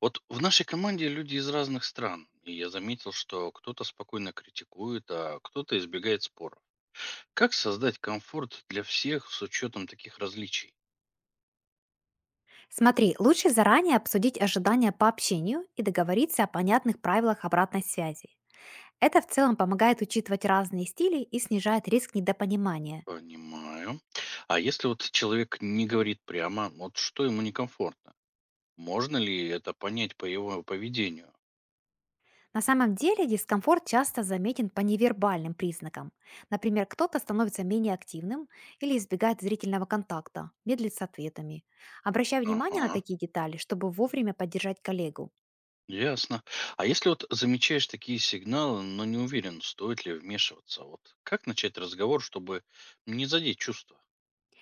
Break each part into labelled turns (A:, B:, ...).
A: Вот в нашей команде люди из разных стран, и я заметил, что кто-то спокойно критикует, а кто-то избегает споров. Как создать комфорт для всех с учетом таких различий?
B: Смотри, лучше заранее обсудить ожидания по общению и договориться о понятных правилах обратной связи. Это в целом помогает учитывать разные стили и снижает риск недопонимания.
A: Понимаю. А если вот человек не говорит прямо, вот что ему некомфортно? Можно ли это понять по его поведению?
B: На самом деле дискомфорт часто заметен по невербальным признакам. Например, кто-то становится менее активным или избегает зрительного контакта, медлит с ответами. Обращай внимание на
A: Ага,
B: такие детали, чтобы вовремя поддержать коллегу.
A: ясно. А если вот замечаешь такие сигналы, но не уверен, стоит ли вмешиваться, вот как начать разговор, чтобы не задеть чувства?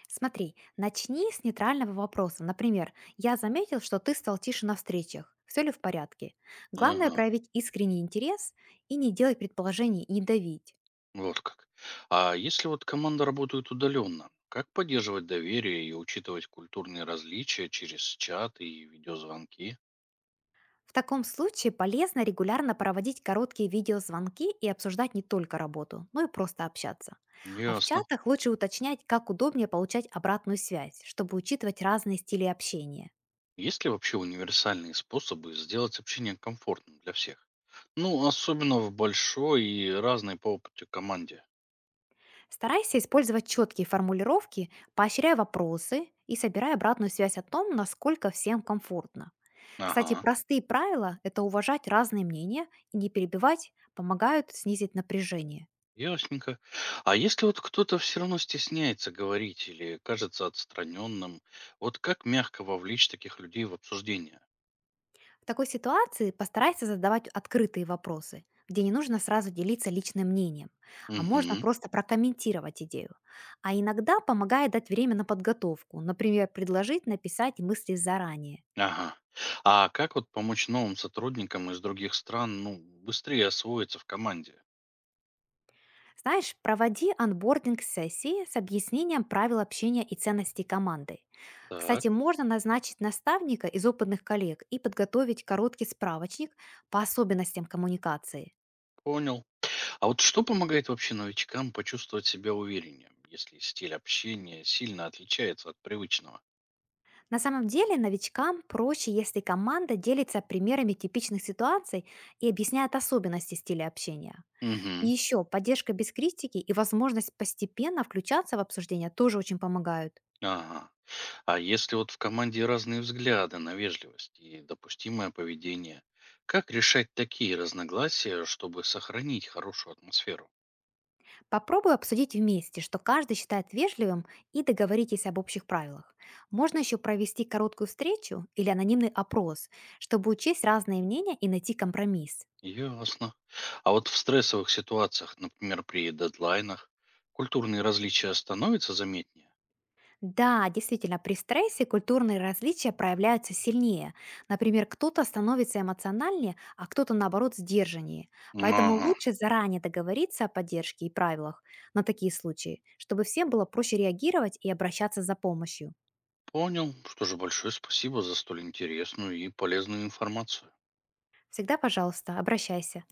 B: Смотри, начни с нейтрального вопроса. Например, я заметил, что ты стал тише на встречах. Все ли в порядке? Главное
A: Ага.
B: проявить искренний интерес и не делать предположений и не давить.
A: Вот как. А если вот команда работает удаленно, как поддерживать доверие и учитывать культурные различия через чат и видеозвонки?
B: В таком случае полезно регулярно проводить короткие видеозвонки и обсуждать не только работу, но и просто общаться. А в
A: Ясно.
B: чатах лучше уточнять, как удобнее получать обратную связь, чтобы учитывать разные стили общения.
A: Есть ли вообще универсальные способы сделать общение комфортным для всех? Ну, особенно в большой и разной по опыту команде.
B: Старайся использовать четкие формулировки, поощряй вопросы и собирай обратную связь о том, насколько всем комфортно. Кстати,
A: Ага,
B: простые правила– это уважать разные мнения и не перебивать, помогают снизить напряжение.
A: ясненько. А если вот кто-то все равно стесняется говорить или кажется отстраненным, вот как мягко вовлечь таких людей в обсуждение?
B: В такой ситуации постарайся задавать открытые вопросы, где не нужно сразу делиться личным мнением, а можно
A: Угу.
B: просто прокомментировать идею. А иногда помогает дать время на подготовку, например, предложить написать мысли заранее.
A: Ага. А как вот помочь новым сотрудникам из других стран, ну, быстрее освоиться в команде?
B: Знаешь, проводи анбординг сессии с объяснением правил общения и ценностей команды.
A: Так,
B: Кстати, можно назначить наставника из опытных коллег и подготовить короткий справочник по особенностям коммуникации.
A: понял. А вот что помогает вообще новичкам почувствовать себя увереннее, если стиль общения сильно отличается от привычного?
B: На самом деле новичкам проще, если команда делится примерами типичных ситуаций и объясняет особенности стиля общения. И
A: Угу.
B: еще поддержка без критики и возможность постепенно включаться в обсуждение тоже очень помогают.
A: Ага. А если вот в команде разные взгляды на вежливость и допустимое поведение, как решать такие разногласия, чтобы сохранить хорошую атмосферу?
B: Попробуй обсудить вместе, что каждый считает вежливым, и договоритесь об общих правилах. Можно еще провести короткую встречу или анонимный опрос, чтобы учесть разные мнения и найти компромисс.
A: Ясно. А вот в стрессовых ситуациях, например, при дедлайнах, культурные различия становятся заметнее?
B: Да, действительно, при стрессе культурные различия проявляются сильнее. Например, кто-то становится эмоциональнее, а кто-то, наоборот, сдержаннее. Поэтому
A: Ага,
B: лучше заранее договориться о поддержке и правилах на такие случаи, чтобы всем было проще реагировать и обращаться за помощью.
A: понял. Что же, большое спасибо за столь интересную и полезную информацию.
B: Всегда, пожалуйста, обращайся.